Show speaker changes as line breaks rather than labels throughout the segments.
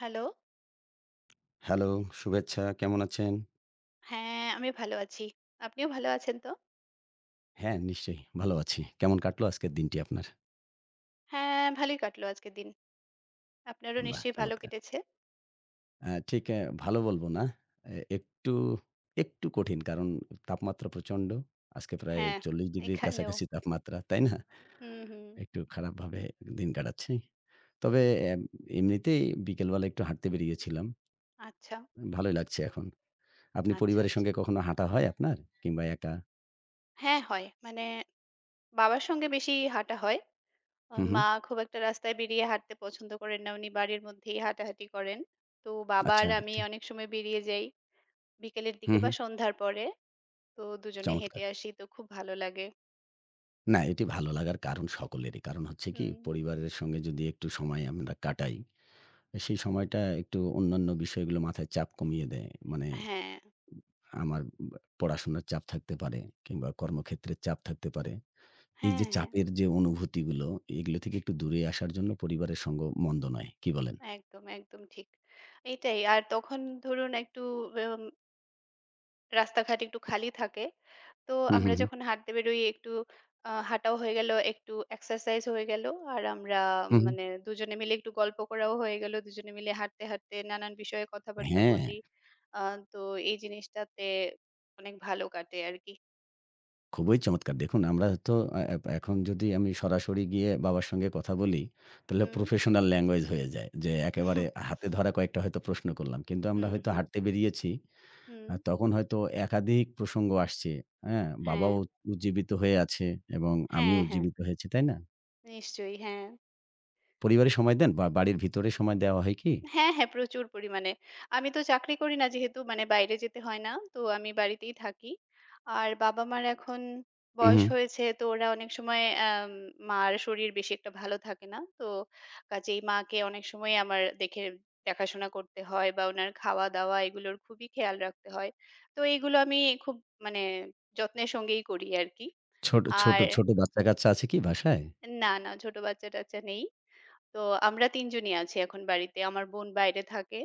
Hello!
Hello, শুভেচ্ছা। কেমন আছেন?
হ্যাঁ, আমি ভালো আছি। আপনিও ভালো আছেন তো?
হ্যাঁ, নিশ্চয়ই ভালো আছি। কেমন কাটলো আজকের দিনটি আপনার?
হ্যাঁ, ভালোই কাটলো আজকের দিন। আপনারও
বাহ!
নিশ্চয়ই ভালো
চমৎকার।
কেটেছে?
আ ঠিক অ্যা ভালো বলবো না। একটু, একটু কঠিন। কারণ তাপমাত্রা প্রচণ্ড। আজকে প্রায়
হ্যাঁ,
৪০ ডিগ্রির
এখানেও।
কাছাকাছি তাপমাত্রা, তাই না?
হুম, হুম।
একটু খারাপভাবে দিন কাটাচ্ছি। তবে এম এমনিতেই বিকেলবেলা একটু হাঁটতে বেরিয়েছিলাম।
আচ্ছা,
ভালোই লাগছে এখন। আপনি
আচ্ছা,
পরিবারের
আচ্ছা।
সঙ্গে কখনো হাঁটা হয় আপনার? কিংবা একা?
হ্যাঁ, হয়। মানে বাবার সঙ্গে বেশি হাঁটা হয়।
হু, হু।
মা খুব একটা রাস্তায় বেরিয়ে হাঁটতে পছন্দ করেন না। উনি বাড়ির মধ্যেই হাঁটাহাঁটি করেন। তো বাবা আর
আচ্ছা,
আমি
আচ্ছা।
অনেক সময় বেরিয়ে যাই বিকেলের
হু,
দিকে
হু।
বা সন্ধ্যার পরে। তো দুজনে হেঁটে
চমৎকার।
আসি তো খুব ভালো লাগে।
না, এটি ভালো লাগার কারণ সকলেরই। কারণ হচ্ছে কি
হুম।
পরিবারের সঙ্গে যদি একটু সময় আমরা কাটাই, সেই সময়টা একটু অন্যান্য বিষয়গুলো মাথায় চাপ কমিয়ে দেয়। মানে
হ্যাঁ,
আমার বা পড়াশোনার চাপ থাকতে পারে কিংবা কর্মক্ষেত্রের চাপ থাকতে পারে। এই
হ্যাঁ,
যে
হ্যাঁ।
চাপের যে অনুভূতিগুলো, এগুলো থেকে একটু দূরে আসার জন্য পরিবারের সঙ্গ মন্দ নয়। কি বলেন?
একদম, একদম ঠিক। এটাই। আর তখন ধরুন একটু এম রাস্তাঘাট একটু খালি থাকে। তো
হু, হু,
আমরা
হু।
যখন হাঁটতে বেরোই একটু হাঁটাও হয়ে গেল, একটু এক্সারসাইজ হয়ে গেল। আর আমরা
হু, হু।
মানে দুজনে মিলে একটু গল্প করাও হয়ে গেল। দুজনে মিলে হাঁটতে, হাঁটতে নানান বিষয়ে কথাবার্তা
হ্যাঁ।
বলি। আ তো এই জিনিসটাতে অনেক ভালো কাটে আরকি।
খুবই চমৎকার! দেখুন আমরা তো এ এপ এখন যদি আমি সরাসরি গিয়ে বাবার সঙ্গে কথা বলি, তাহলে
হুম।
প্রফেশনাল ল্যাঙ্গুয়েজ হয়ে যায়। যে একেবারে হাতে ধরা কয়েকটা হয়তো প্রশ্ন করলাম। কিন্তু আমরা
হুম,
হয়তো
হুম,
হাঁটতে বেরিয়েছি।
হুম।
তখন হয়তো একাধিক প্রসঙ্গ আসছে। হ্যাঁ?
হ্যাঁ,
বাবাও উজ্জীবিত হয়ে আছে এবং আমিও
হ্যাঁ, হ্যাঁ।
উজ্জীবিত হয়েছি। তাই না?
নিশ্চয়ই, হ্যাঁ।
পরিবারে সময় দেন বা বাড়ির ভিতরে সময় দেওয়া হয় কি?
হ্যাঁ, হ্যাঁ, প্রচুর পরিমাণে। আমি তো চাকরি করি না যেহেতু মানে বাইরে যেতে হয় না। তো আমি বাড়িতেই থাকি। আর বাবা-মার এখন
হু,
বয়স
হু।
হয়েছে তো ওরা অনেক সময় মার শরীর বেশি একটা ভালো থাকে না। তো কাজেই মাকে অনেক সময় আমার দেখাশোনা করতে হয় বা উনার খাওয়া-দাওয়া এগুলোর খুবই খেয়াল রাখতে হয়। তো এইগুলো আমি খুব মানে যত্নের সঙ্গেই করি আরকি।
ছোট ছোট
আর
ছোট বাচ্চা-কাচ্চা আছে কি বাসায়?
না, না ছোট বাচ্চা-টাচ্চা নেই। তো আমরা ৩ জনই আছি এখন বাড়িতে। আমার বোন বাইরে থাকে।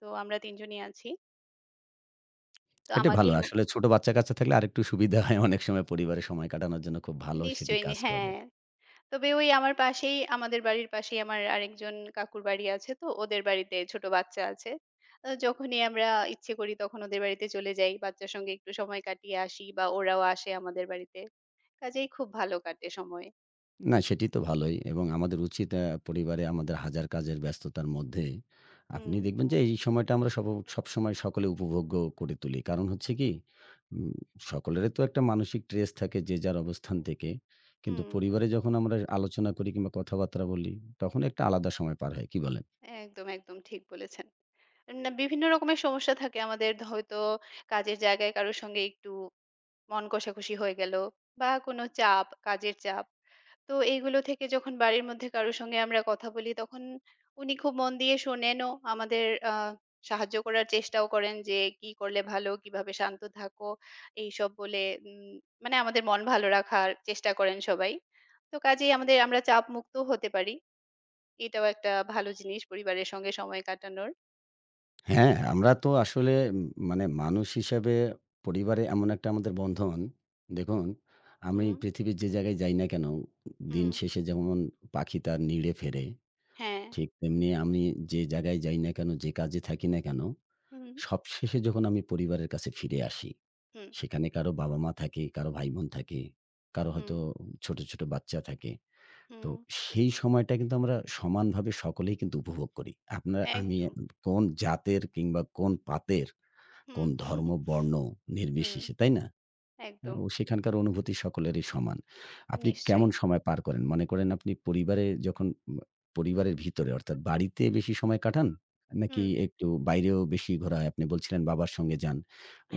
তো আমরা ৩ জনই আছি। তো
এটা ভালো।
আমাকেই মো
আসলে ছোট বাচ্চা-কাচ্চা থাকলে আরেকটু সুবিধা হয় অনেক সময় পরিবারে সময় কাটানোর জন্য খুব ভালো সেটি
নিশ্চয়ই
কাজ করে।
হ্যাঁ। তবে ওই আমার পাশেই আমাদের বাড়ির পাশেই আমার আরেকজন কাকুর বাড়ি আছে তো ওদের বাড়িতে ছোট বাচ্চা আছে। যখনই আমরা ইচ্ছে করি তখন ওদের বাড়িতে চলে যাই। বাচ্চার সঙ্গে একটু সময় কাটিয়ে আসি বা ওরাও আসে আমাদের বাড়িতে। কাজেই খুব ভালো কাটে সময়।
না, সেটি তো ভালোই এবং আমাদের উচিত পরিবারে আমাদের হাজার কাজের ব্যস্ততার মধ্যে আপনি
হুম,
দেখবেন যে এই সময়টা আমরা সবসময় সকলে উপভোগ্য করে তুলি। কারণ হচ্ছে কি উম সকলেরই তো একটা মানসিক ট্রেস থাকে যে যার অবস্থান থেকে। কিন্তু
হুম।
পরিবারে যখন আমরা আলোচনা করি কিংবা কথাবার্তা বলি তখন একটা আলাদা সময় পার হয়। কি বলেন?
একদম, একদম ঠিক বলেছেন। না, বিভিন্ন রকমের সমস্যা থাকে আমাদের। হয়তো কাজের জায়গায় কারো সঙ্গে একটু মন কষাকষি হয়ে গেল বা কোনো চাপ, কাজের চাপ। তো এইগুলো থেকে যখন বাড়ির মধ্যে কারো সঙ্গে আমরা কথা বলি তখন উনি খুব মন দিয়ে শোনেনও। আমাদের আ সাহায্য করার চেষ্টাও করেন যে, "কি করলে ভালো? কিভাবে শান্ত থাকো?" এইসব বলে উম মানে আমাদের মন ভালো রাখার চেষ্টা করেন সবাই। তো কাজেই আমাদের আমরা চাপমুক্তও হতে পারি। এটাও একটা ভালো জিনিস পরিবারের সঙ্গে সময় কাটানোর।
হ্যাঁ, আমরা তো আসলে মানে মানুষ হিসাবে পরিবারে এমন একটা আমাদের বন্ধন। দেখুন, আমি
হুম,
পৃথিবীর যে জায়গায় যাই না কেন, দিন
হুম।
শেষে যেমন পাখি তার নিড়ে ফেরে,
হ্যাঁ,
ঠিক তেমনি আমি যে জায়গায় যাই না কেন, যে কাজে থাকি না কেন,
হুম,
সবশেষে যখন আমি পরিবারের কাছে ফিরে আসি,
হুম,
সেখানে কারো বাবা-মা থাকে, কারো ভাই-বোন থাকে, কারো
হুম,
হয়তো ছোট, ছোট বাচ্চা থাকে। তো
হুম,
সেই সময়টা কিন্তু আমরা সমানভাবে সকলেই কিন্তু উপভোগ করি। আপনার আমি
একদম।
কোন জাতের কিংবা কোন পাতের
হুম,
কোন ধর্ম, বর্ণ
হুম,
নির্বিশেষে, তাই না?
একদম,
ও সেখানকার অনুভূতি সকলেরই সমান। আপনি
নিশ্চয়ই।
কেমন সময় পার করেন? মনে করেন আপনি পরিবারে যখন পরিবারের ভিতরে অর্থাৎ বাড়িতে বেশি সময় কাটান? নাকি
হুম,
একটু বাইরেও বেশি ঘোরা হয়? আপনি বলছিলেন বাবার সঙ্গে যান।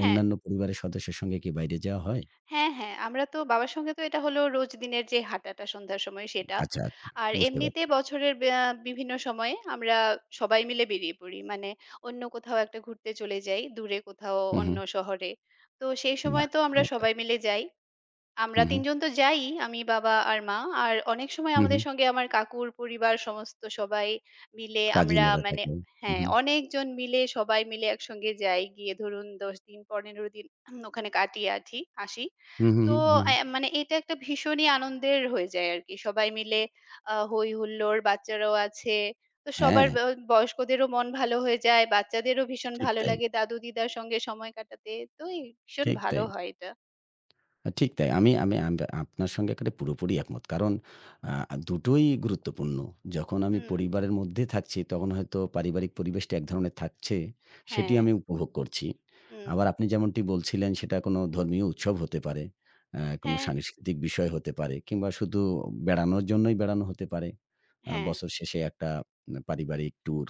হ্যাঁ,
অন্যান্য পরিবারের সদস্যের সঙ্গে কি বাইরে যাওয়া হয়?
হ্যাঁ, হ্যাঁ, আমরা তো বাবার সঙ্গে তো এটা হলো রোজ দিনের যে হাঁটাটা সন্ধ্যার সময় সেটা।
আচ্ছা, আচ্ছা,
আর
বুঝতে
এমনিতে
পারছি।
বছরের বিভিন্ন সময়ে আমরা সবাই মিলে বেরিয়ে পড়ি। মানে অন্য কোথাও একটা ঘুরতে চলে যাই, দূরে কোথাও
হু, হু।
অন্য শহরে। তো সেই সময়
বাহ!
তো আমরা
চমৎকার।
সবাই মিলে যাই। আমরা
হু, হু,
৩ জন তো যাই। আমি, বাবা আর মা। আর অনেক সময়
হু, হু।
আমাদের সঙ্গে আমার কাকুর পরিবার সমস্ত সবাই মিলে আমরা
কাজিনেরা
মানে
থাকে। হু,
হ্যাঁ,
হু,
অনেকজন মিলে সবাই মিলে একসঙ্গে যাই। গিয়ে ধরুন ১০ দিন ১৫ দিন ওখানে কাটিয়ে আসি।
হু, হু,
তো
হু, হু।
মানে এটা একটা ভীষণই আনন্দের হয়ে যায় আরকি। সবাই মিলে হৈ হুল্লোড়, বাচ্চারাও আছে। তো সবার
হ্যাঁ,
বয়স্কদেরও মন ভালো হয়ে যায়। বাচ্চাদেরও ভীষণ
ঠিক
ভালো
তাই,
লাগে দাদু-দিদার সঙ্গে সময় কাটাতে। তো এই ভীষণ
ঠিক
ভালো
তাই।
হয় এটা।
ঠিক তাই। আমি আমি আম আপনার সঙ্গে এখানে পুরোপুরি একমত। কারণ আ দুটোই গুরুত্বপূর্ণ। যখন আমি
হুম,
পরিবারের মধ্যে থাকছি তখন হয়তো পারিবারিক পরিবেশটা এক ধরনের থাকছে, সেটি
হ্যাঁ।
আমি উপভোগ করছি।
হুম,
আবার আপনি যেমনটি বলছিলেন সেটা কোনো ধর্মীয় উৎসব হতে পারে, কোনো
হ্যাঁ,
সাংস্কৃতিক বিষয় হতে পারে কিংবা শুধু বেড়ানোর জন্যই বেড়ানো হতে পারে।
হ্যাঁ,
বছর শেষে একটা পারিবারিক ট্যুর।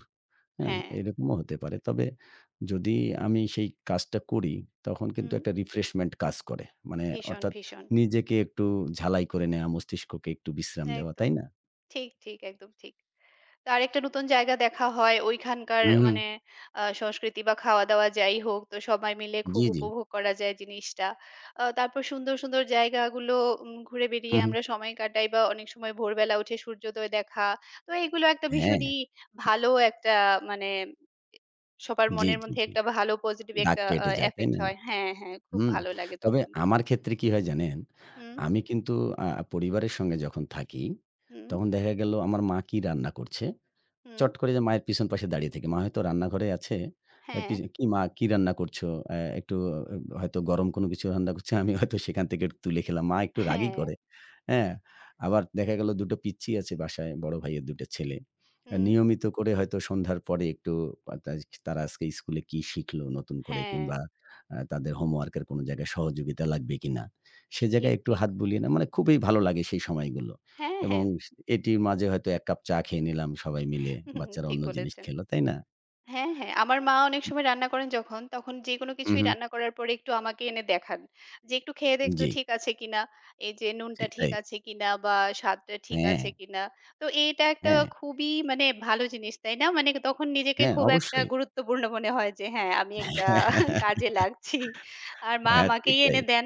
হ্যাঁ,
হ্যাঁ,
এরকমও হতে পারে। তবে যদি আমি সেই কাজটা করি, তখন কিন্তু
হুম,
একটা রিফ্রেশমেন্ট কাজ করে। মানে
ভীষণ,
অর্থাৎ
ভীষণ।
নিজেকে একটু ঝালাই করে নেয়া, মস্তিষ্ককে একটু বিশ্রাম দেওয়া,
একদম।
তাই না?
ঠিক, ঠিক, একদম ঠিক। তো আরেকটা নতুন জায়গা দেখা হয়, ওইখানকার
হুম, হুম।
মানে সংস্কৃতি বা খাওয়া-দাওয়া যাই হোক, তো সবাই মিলে খুব
জি, জি।
উপভোগ করা যায় জিনিসটা। তারপর সুন্দর, সুন্দর জায়গাগুলো ঘুরে বেড়িয়ে
হুম, হুম।
আমরা সময় কাটাই বা অনেক সময় ভোরবেলা উঠে সূর্যোদয় দেখা। তো এগুলো একটা
হ্যাঁ।
ভীষণই ভালো একটা মানে সবার
জি,
মনের
জি,
মধ্যে
জি।
একটা ভালো পজিটিভ
দাগ
একটা
কেটে যায়, তাই
effect
না?
হয়। হ্যাঁ, হ্যাঁ, খুব
হুম।
ভালো লাগে
তবে
তখন।
আমার ক্ষেত্রে কি হয় জানেন?
হুম।
আমি কিন্তু আ পরিবারের সঙ্গে যখন থাকি,
হুম,
তখন দেখা গেল আমার মা কি রান্না করছে
হুম,
চট করে যে মায়ের পিছন পাশে দাঁড়িয়ে থাকি। মা হয়তো রান্নাঘরে আছে। আ
হ্যাঁ,
পিছ "কি মা কি রান্না করছো?" অ্যা একটু অ হয়তো গরম কোনো কিছু রান্না করছে। আমি হয়তো সেখান থেকে একটু তুলে খেলাম। মা একটু রাগই
হ্যাঁ,
করে। হ্যাঁ? আবার দেখা গেল ২ টো পিচ্চি আছে বাসায়, বড় ভাইয়ের ২ টা ছেলে।
হুম,
নিয়মিত করে হয়তো সন্ধ্যার পরে একটু আ তাজ তারা আজকে স্কুলে কি শিখলো নতুন করে
হ্যাঁ,
কিংবা তাদের হোমওয়ার্কের কোনো জায়গায় সহযোগিতা লাগবে কিনা? সে
ঠিক,
জায়গায় একটু
ঠিক।
হাত বুলিয়ে না মানে খুবই ভালো লাগে সেই সময়গুলো
হ্যাঁ,
এবং
হ্যাঁ,
এটির মাঝে হয়তো ১ কাপ চা খেয়ে নিলাম সবাই মিলে।
হুম,
বাচ্চারা
ঠিক
অন্য জিনিস
বলেছেন।
খেলো, তাই না?
হ্যাঁ, হ্যাঁ। আমার মা অনেক সময় রান্না করেন যখন, তখন যেকোনো
হু,
কিছুই
হু।
রান্না করার পরে একটু আমাকে এনে দেখান। যে একটু খেয়ে দেখতো
জি,
ঠিক আছে কিনা, এই যে নুনটা
ঠিক
ঠিক
তাই।
আছে কিনা বা স্বাদটা ঠিক
হ্যাঁ,
আছে কিনা। তো এটা একটা
হ্যাঁ,
খুবই মানে ভালো জিনিস, তাই না? মানে তখন নিজেকে
হ্যাঁ,
খুব একটা
অবশ্যই।
গুরুত্বপূর্ণ মনে হয় যে হ্যাঁ, আমি একটা কাজে লাগছি। আর মা
হ্যাঁ, ঠিক
আমাকেই
তাই।
এনে দেন।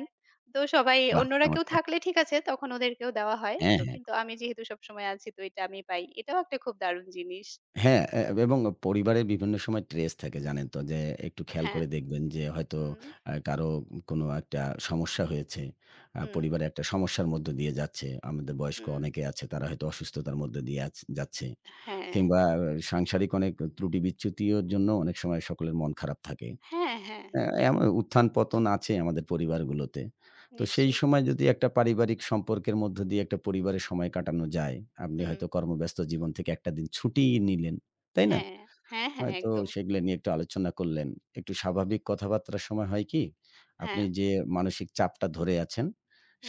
তো সবাই
বাহ!
অন্যরা কেউ
চমৎকার।
থাকলে ঠিক আছে, তখন ওদেরকেও দেওয়া হয়।
হ্যাঁ,
তো
হ্যাঁ।
কিন্তু আমি যেহেতু সবসময় আছি তো এটা আমি পাই। এটাও একটা খুব দারুণ জিনিস।
হ্যাঁ, এবং পরিবারে বিভিন্ন সময় ট্রেস থাকে জানেন তো যে একটু খেয়াল
হ্যাঁ।
করে দেখবেন যে হয়তো
হুম,
কারো কোনো একটা সমস্যা হয়েছে।
হুম।
পরিবারে একটা সমস্যার মধ্য দিয়ে যাচ্ছে। আমাদের বয়স্ক
হুম,
অনেকে আছে তারা হয়তো অসুস্থতার মধ্য দিয়ে যাচ্ছে।
হ্যাঁ,
কিংবা সাংসারিক অনেক ত্রুটি বিচ্যুতির জন্য অনেক সময় সকলের মন খারাপ থাকে।
হ্যাঁ, হ্যাঁ,
অ্যা এমন উত্থান পতন আছে আমাদের পরিবারগুলোতে। তো সেই
নিশ্চয়ই।
সময় যদি একটা পারিবারিক সম্পর্কের মধ্য দিয়ে একটা পরিবারে সময় কাটানো যায়, আপনি
হুম,
হয়তো কর্মব্যস্ত জীবন থেকে একটা দিন ছুটি নিলেন, তাই না?
হ্যাঁ, হ্যাঁ, হ্যাঁ,
হয়তো
একদম।
সেগুলো নিয়ে একটু আলোচনা করলেন। একটু স্বাভাবিক কথাবার্তার সময় হয় কি?
হ্যাঁ,
আপনি যে মানসিক চাপটা ধরে আছেন,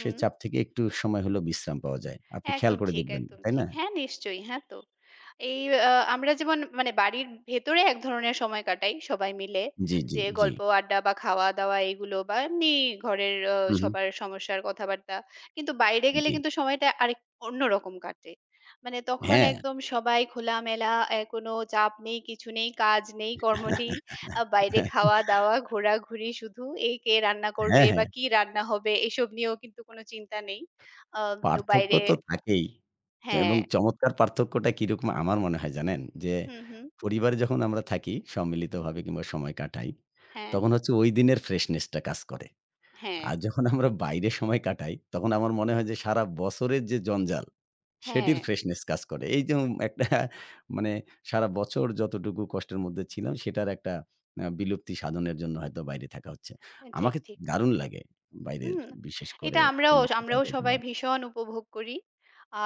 সে চাপ থেকে একটু সময় হলেও বিশ্রাম পাওয়া যায়। আপনি খেয়াল
একদম
করে
ঠিক,
দেখবেন,
একদম
তাই
ঠিক।
না?
হ্যাঁ, নিশ্চয়ই। হ্যাঁ তো। এই আমরা যেমন মানে বাড়ির ভেতরে এক ধরনের সময় কাটাই সবাই মিলে।
জি, জি,
যে
জি।
গল্প, আড্ডা বা খাওয়া-দাওয়া এগুলো বা এমনি ঘরের
হু, হু।
সবার সমস্যার কথাবার্তা। কিন্তু বাইরে গেলে
জি।
কিন্তু সময়টা আরেক অন্যরকম কাটে। মানে তখন
হ্যাঁ।
একদম সবাই খোলামেলা, কোনো চাপ নেই, কিছু নেই, কাজ নেই, কর্ম নেই। বাইরে খাওয়া-দাওয়া, ঘোরাঘুরি শুধু এই কে রান্না করবে
হ্যাঁ,
বা
হ্যাঁ।
কি রান্না হবে এসব নিয়েও কিন্তু কোনো চিন্তা নেই। আ তো
পার্থক্য
বাইরে
তো থাকেই। এবং
হ্যাঁ।
চমৎকার পার্থক্যটা কিরকম আমার মনে হয় জানেন? যে
হুম, হুম,
পরিবারে যখন আমরা থাকি
হুম।
সম্মিলিতভাবে কিংবা সময় কাটাই,
হ্যাঁ,
তখন হচ্ছে ওই দিনের ফ্রেশনেস টা কাজ করে।
হ্যাঁ,
আর যখন আমরা বাইরে সময় কাটাই, তখন আমার মনে হয় যে সারা বছরের যে জঞ্জাল,
হ্যাঁ।
সেটির ফ্রেশনেস কাজ করে। এই যেমন একটা মানে সারা বছর যতটুকু কষ্টের মধ্যে ছিলাম, সেটার একটা বিলুপ্তি সাধনের জন্য হয়তো বাইরে থাকা হচ্ছে।
হ্যাঁ, ঠিক,
আমাকে
ঠিক।
দারুণ লাগে বাইরের
হুম,
বিশেষ করে
এটা আমরাও
কোনো একটা
আমরাও
জায়গায়
সবাই
যাওয়া।
ভীষণ উপভোগ করি।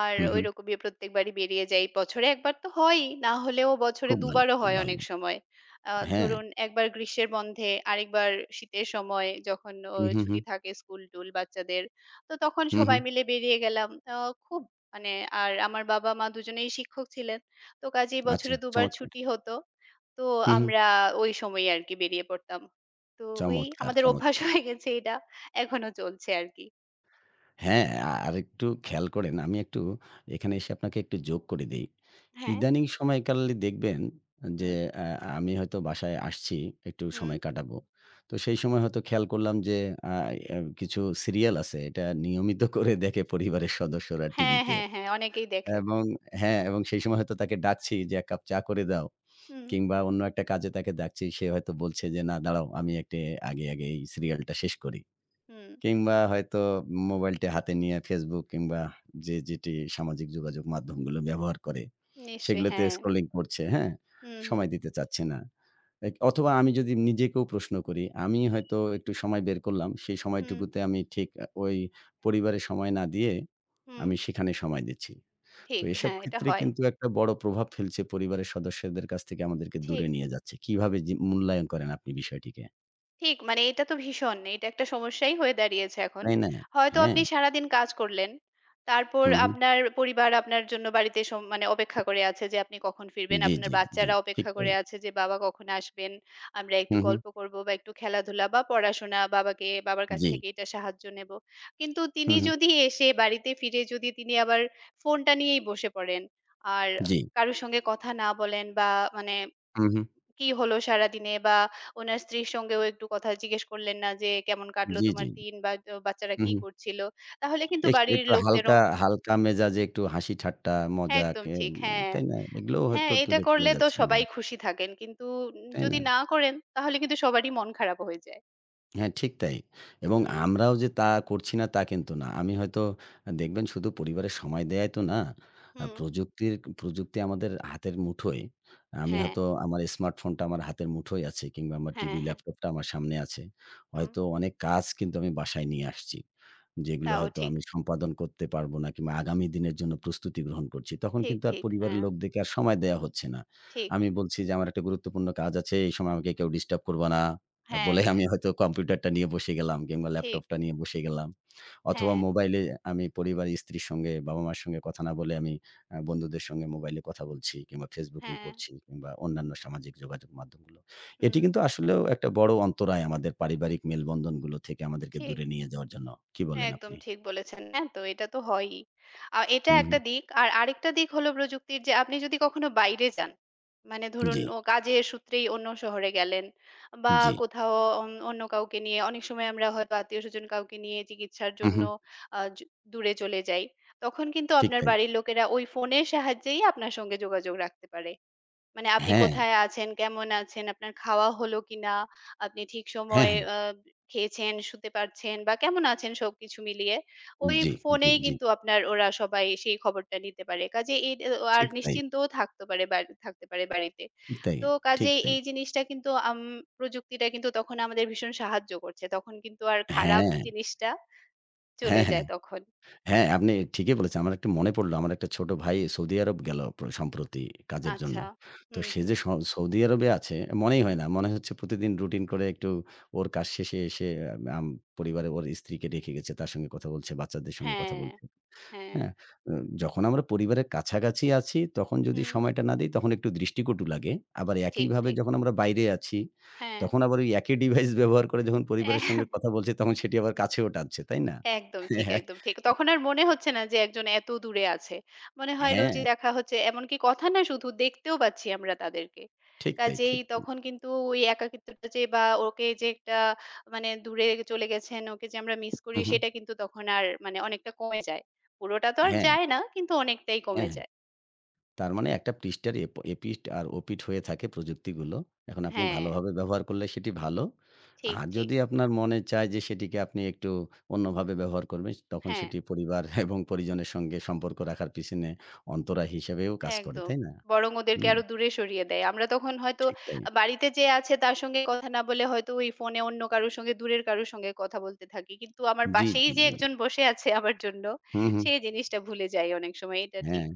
আর
হুম, হুম।
ঐরকমই প্রত্যেকবারই বেরিয়ে যাই। বছরে ১ বার তো হয়ই, না হলেও বছরে
খুব
২
ভালো,
বারও
খুব
হয়
ভালো।
অনেক সময়। আ
হ্যাঁ।
ধরুন একবার গ্রীষ্মের বন্ধে, আরেকবার শীতের সময় যখন ও
হুম, হুম,
ছুটি
হুম।
থাকে স্কুল-টুল বাচ্চাদের। তো তখন
হুম,
সবাই
হুম।
মিলে বেরিয়ে গেলাম। খুব মানে আর আমার বাবা-মা দুজনেই শিক্ষক ছিলেন। তো কাজেই
আচ্ছা,
বছরে ২ বার
চমৎকার।
ছুটি হতো। তো
হুম, হুম।
আমরা ওই সময়ে আরকি বেরিয়ে পড়তাম। তো এই
চমৎকার,
আমাদের অভ্যাস
চমৎকার।
হয়ে গেছে এটা। এখনো চলছে আরকি।
হ্যাঁ, আরেকটু খেয়াল করেন, আমি একটু এখানে এসে আপনাকে একটু যোগ করে দেই।
হ্যাঁ,
ইদানিং সময়কালে দেখবেন যে
হুম,
আ আমি হয়তো বাসায় আসছি, একটু
হুম।
সময় কাটাবো। তো সেই সময় হয়তো খেয়াল করলাম যে আ এ কিছু সিরিয়াল আছে, এটা নিয়মিত করে দেখে পরিবারের সদস্যরা
হ্যাঁ,
টিভিতে।
হ্যাঁ, হ্যাঁ, অনেকেই দেখে।
এবং হ্যাঁ, এবং সেই সময় হয়তো তাকে ডাকছি যে, "এক কাপ চা করে দাও।"
হুম,
কিংবা অন্য একটা কাজে তাকে ডাকছি, সে হয়তো বলছে যে, "না দাঁড়াও, আমি একটা আগে এই সিরিয়ালটা শেষ করি।"
হুম,
কিংবা হয়তো মোবাইলটি হাতে নিয়ে Facebook কিংবা যে যেটি সামাজিক যোগাযোগ মাধ্যমগুলো ব্যবহার করে,
নিশ্চয়ই
সেগুলোতে
হ্যাঁ।
স্ক্রলিং করছে, হ্যাঁ?
হুম, হুম,
সময় দিতে চাচ্ছে না। অথবা আমি যদি নিজেকেও প্রশ্ন করি, আমি হয়তো একটু সময় বের করলাম, সেই
হুম,
সময়টুকুতে আমি ঠিক ওই পরিবারে সময় না দিয়ে
হুম,
আমি সেখানে সময় দিচ্ছি। তো
ঠিক।
এসব
হ্যাঁ, এটা
ক্ষেত্রে
হয়।
কিন্তু একটা বড় প্রভাব ফেলছে পরিবারের সদস্যদের কাছ থেকে আমাদেরকে দূরে
ঠিক।
নিয়ে যাচ্ছে। কিভাবে যে মূল্যায়ন করেন আপনি বিষয়টিকে?
ঠিক মানে এটা তো ভীষণ। এটা একটা সমস্যাই হয়ে দাঁড়িয়েছে এখন।
তাই না?
হয়তো
হ্যাঁ।
আপনি সারাদিন কাজ করলেন। তারপর
হু, হু।
আপনার পরিবার আপনার জন্য বাড়িতে মানে অপেক্ষা করে আছে যে আপনি কখন ফিরবেন।
জি,
আপনার
জি, জি।
বাচ্চারা
ঠিক
অপেক্ষা
তাই।
করে আছে যে বাবা কখন আসবেন। আমরা একটু
হুম, হুম।
গল্প করব বা একটু খেলাধুলা বা পড়াশোনা বাবার কাছ
জি।
থেকে এটা সাহায্য নেব। কিন্তু তিনি
হুম, হুম।
যদি এসে বাড়িতে ফিরে যদি তিনি আবার ফোনটা নিয়েই বসে পড়েন। আর
জি।
কারো সঙ্গে কথা না বলেন বা মানে
হুম, হুম।
কি হলো সারাদিনে? বা উনার স্ত্রীর সঙ্গেও একটু কথা জিজ্ঞেস করলেন না যে, "কেমন কাটলো
জি,
তোমার
জি, জি।
দিন? বা বাচ্চারা
হুম,
কি
হুম।
করছিল?" তাহলে কিন্তু
এক
বাড়ির
একটু
লোকদেরও
হালকা, হালকা মেজাজে একটু হাসি ঠাট্টা,
"হ্যাঁ,
মজাক
একদম ঠিক।
এম
হ্যাঁ,
তাই না? এগুলোও
হ্যাঁ,
হয়তো
এটা
দূরে চলে
করলে তো
যাচ্ছি
সবাই
আমরা।
খুশি থাকেন।" কিন্তু
তাই
যদি
না?
না করেন তাহলে কিন্তু সবারই মন খারাপ হয়ে যায়।
হ্যাঁ, ঠিক তাই। এবং
হুম,
আমরাও যে তা করছি না তা কিন্তু না। আমি হয়তো দেখবেন শুধু পরিবারের সময় দেয়াই তো না। আ
হুম।
প্রযুক্তির প্রযুক্তি আমাদের হাতের মুঠোয়। আমি
হ্যাঁ,
হয়তো আমার স্মার্টফোনটা আমার হাতের মুঠোয় আছে কিংবা আমার
হ্যাঁ,
টিভি,
হ্যাঁ।
ল্যাপটপটা আমার সামনে আছে।
হুম।
হয়তো অনেক কাজ কিন্তু আমি বাসায় নিয়ে আসছি। যেগুলো
তাও
হয়তো
ঠিক।
আমি সম্পাদন করতে পারবো না কিংবা আগামী দিনের জন্য প্রস্তুতি গ্রহণ করছি। তখন
ঠিক,
কিন্তু আর
ঠিক।
পরিবারের
হ্যাঁ,
লোকদেরকে আর সময় দেয়া হচ্ছে না।
ঠিক।
আমি বলছি যে, "আমার একটা গুরুত্বপূর্ণ কাজ আছে। এই সময় আমাকে কেউ ডিস্টার্ব করবা না।"
হ্যাঁ,
বলে আমি হয়তো কম্পিউটারটা নিয়ে বসে গেলাম কিংবা
ঠিক।
ল্যাপটপটা নিয়ে বসে গেলাম। অথবা
হ্যাঁ,
মোবাইলে আমি পরিবার, স্ত্রীর সঙ্গে, বাবা-মার সঙ্গে কথা না বলে আমি বন্ধুদের সঙ্গে মোবাইলে কথা বলছি কিংবা ফেসবুকিং
হ্যাঁ।
করছি কিংবা অন্যান্য সামাজিক যোগাযোগ মাধ্যমগুলো। এটি
হুম,
কিন্তু আসলেও একটা বড় অন্তরায় আমাদের পারিবারিক মেলবন্ধনগুলো থেকে আমাদেরকে
ঠিক।
দূরে নিয়ে যাওয়ার জন্য। কি বলেন
একদম
আপনি?
ঠিক বলেছেন। হ্যাঁ, তো এটা তো হয়ই। এটা
হুম, হুম।
একটা দিক। আর আরেকটা দিক হলো প্রযুক্তির যে আপনি যদি কখনো বাইরে যান, মানে ধরুন
জি,
ও কাজের সূত্রেই অন্য শহরে গেলেন বা
জি।
কোথাও অন্য কাউকে নিয়ে অনেক সময় আমরা হয়তো আত্মীয়স্বজন কাউকে নিয়ে চিকিৎসার
হু,
জন্য
হু।
আ য দূরে চলে যাই। তখন কিন্তু
ঠিক
আপনার
তাই।
বাড়ির লোকেরা ওই ফোনের সাহায্যেই আপনার সঙ্গে যোগাযোগ রাখতে পারে। মানে আপনি
হ্যাঁ,
কোথায় আছেন? কেমন আছেন? আপনার খাওয়া হলো কিনা? আপনি ঠিক
হ্যাঁ,
সময়ে
হ্যাঁ।
খেয়েছেন, শুতে পারছেন বা কেমন আছেন সবকিছু মিলিয়ে। ওই
জি, জি,
ফোনেই
জি।
কিন্তু আপনার ওরা সবাই সেই খবরটা নিতে পারে। কাজেই এই আর
ঠিক তাই,
নিশ্চিন্তও থাকতে পারে বাড়িতে।
ঠিক তাই,
তো
ঠিক
কাজেই
তাই।
এই জিনিসটা কিন্তু প্রযুক্তিটা কিন্তু তখন আমাদের ভীষণ সাহায্য করছে। তখন কিন্তু আর খারাপ
হ্যাঁ,
জিনিসটা চলে
হ্যাঁ, হ্যাঁ।
যায় তখন।
হ্যাঁ, আপনি ঠিকই বলেছেন। আমার একটা মনে পড়লো, আমার একটা ছোট ভাই সৌদি আরব গেল সম্প্রতি কাজের জন্য।
আচ্ছা।
তো
হুম,
সে
হুম,
যে স সৌদি আরবে আছে মনেই হয়
হুম।
না। মনে হচ্ছে প্রতিদিন রুটিন করে একটু ওর কাজ শেষে এসে আম পরিবারে ওর স্ত্রীকে রেখে গেছে। তার সঙ্গে কথা বলছে, বাচ্চাদের সঙ্গে কথা
হ্যাঁ,
বলছে।
হ্যাঁ।
হ্যাঁ? অ যখন আমরা পরিবারের কাছাকাছি আছি তখন যদি
হুম।
সময়টা না দিই তখন একটু দৃষ্টিকটু লাগে। আবার
ঠিক,
একইভাবে
ঠিক।
যখন আমরা বাইরে আছি
হ্যাঁ।
তখন আবার ওই একই ডিভাইস ব্যবহার করে যখন পরিবারের সঙ্গে কথা বলছি তখন সেটি আবার কাছেও টানছে। তাই না?
একদম ঠিক,
এক
একদম ঠিক। তখন আর মনে হচ্ছে না যে একজন এত দূরে আছে। মনে হয়
হ্যাঁ,
রোজই দেখা হচ্ছে। এমনকি কথা না শুধু দেখতেও পাচ্ছি আমরা তাদেরকে।
ঠিক তাই,
কাজেই
ঠিক তাই।
তখন কিন্তু ওই একাকিত্বটা যে বা ওকে যে একটা মানে দূরে চলে গেছেন, ওকে যে আমরা মিস করি
হু, হু।
সেটা কিন্তু তখন আর মানে অনেকটা কমে যায়। পুরোটা তো আর
হ্যাঁ,
যায় না কিন্তু অনেকটাই কমে
হ্যাঁ, হ্যাঁ।
যায়।
তার মানে একটা পৃষ্ঠার এপিঠ আর ওপিঠ হয়ে থাকে প্রযুক্তিগুলো। এখন আপনি
হ্যাঁ,
ভালোভাবে ব্যবহার করলে সেটি ভালো।
ঠিক,
আর
ঠিক।
যদি আপনার মনে চায় যে সেটিকে আপনি একটু অন্যভাবে ব্যবহার করবেন, তখন
হ্যাঁ।
সেটি পরিবার এবং পরিজনের সঙ্গে সম্পর্ক রাখার পিছনে অন্তরা হিসেবেও কাজ করে,
একদম।
তাই না?
বরং ওদেরকে
হুম,
আরো দূরে সরিয়ে দেয়। আমরা তখন হয়তো
ঠিক তাই।
বাড়িতে যে আছে তার সঙ্গে কথা না বলে হয়তো ওই ফোনে অন্য কারো সঙ্গে দূরের কারো সঙ্গে কথা বলতে থাকি। কিন্তু আমার
জি,
পাশেই
জি,
যে
জি।
একজন বসে আছে আমার জন্য,
হু, হু।
সেই জিনিসটা ভুলে যাই অনেক সময়। এটা ঠিক।
হ্যাঁ।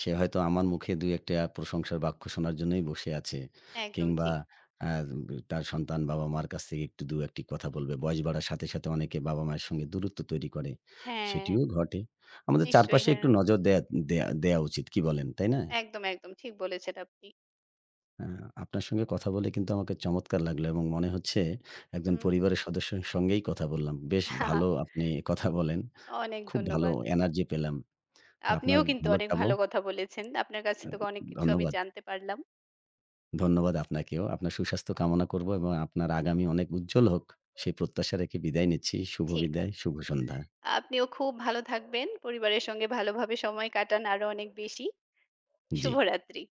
সে হয়তো আমার মুখে ২-১ টা প্রশংসার বাক্য শোনার জন্যই বসে আছে।
একদম
কিংবা
ঠিক।
আ তার সন্তান বাবা-মার কাছ থেকে একটু ২-১ টি কথা বলবে। বয়স বাড়ার সাথে, সাথে অনেকে বাবা-মায়ের সঙ্গে দূরত্ব তৈরি করে।
হ্যাঁ,
সেটিও ঘটে। আমাদের
নিশ্চয়ই
চারপাশে
হ্যাঁ।
একটু নজর দেয়া দেয়া দেয়া উচিত। কি বলেন, তাই না?
একদম, একদম ঠিক বলেছেন আপনি।
আ আপনার সঙ্গে কথা বলে কিন্তু আমাকে চমৎকার লাগলো এবং মনে হচ্ছে একজন
হুম।
পরিবারের সদস্যের সঙ্গেই কথা বললাম। বেশ ভালো আপনি কথা বলেন।
অনেক
খুব ভালো
ধন্যবাদ।
এনার্জি পেলাম। তো আপনার
আপনিও কিন্তু
ভালো
অনেক
যাবো।
ভালো কথা বলেছেন। আপনার কাছ
আ
থেকে অনেক কিছু আমি
ধন্যবাদ।
জানতে পারলাম।
ধন্যবাদ আপনাকেও। আপনার সুস্বাস্থ্য কামনা করব এবং আপনার আগামী অনেক উজ্জ্বল হোক সেই প্রত্যাশা রেখে বিদায় নিচ্ছি। শুভ
ঠিক
বিদায়,
আছে।
শুভ সন্ধ্যা।
আপনিও খুব ভালো থাকবেন। পরিবারের সঙ্গে ভালোভাবে সময় কাটান আরো অনেক বেশি।
জি।
শুভরাত্রি।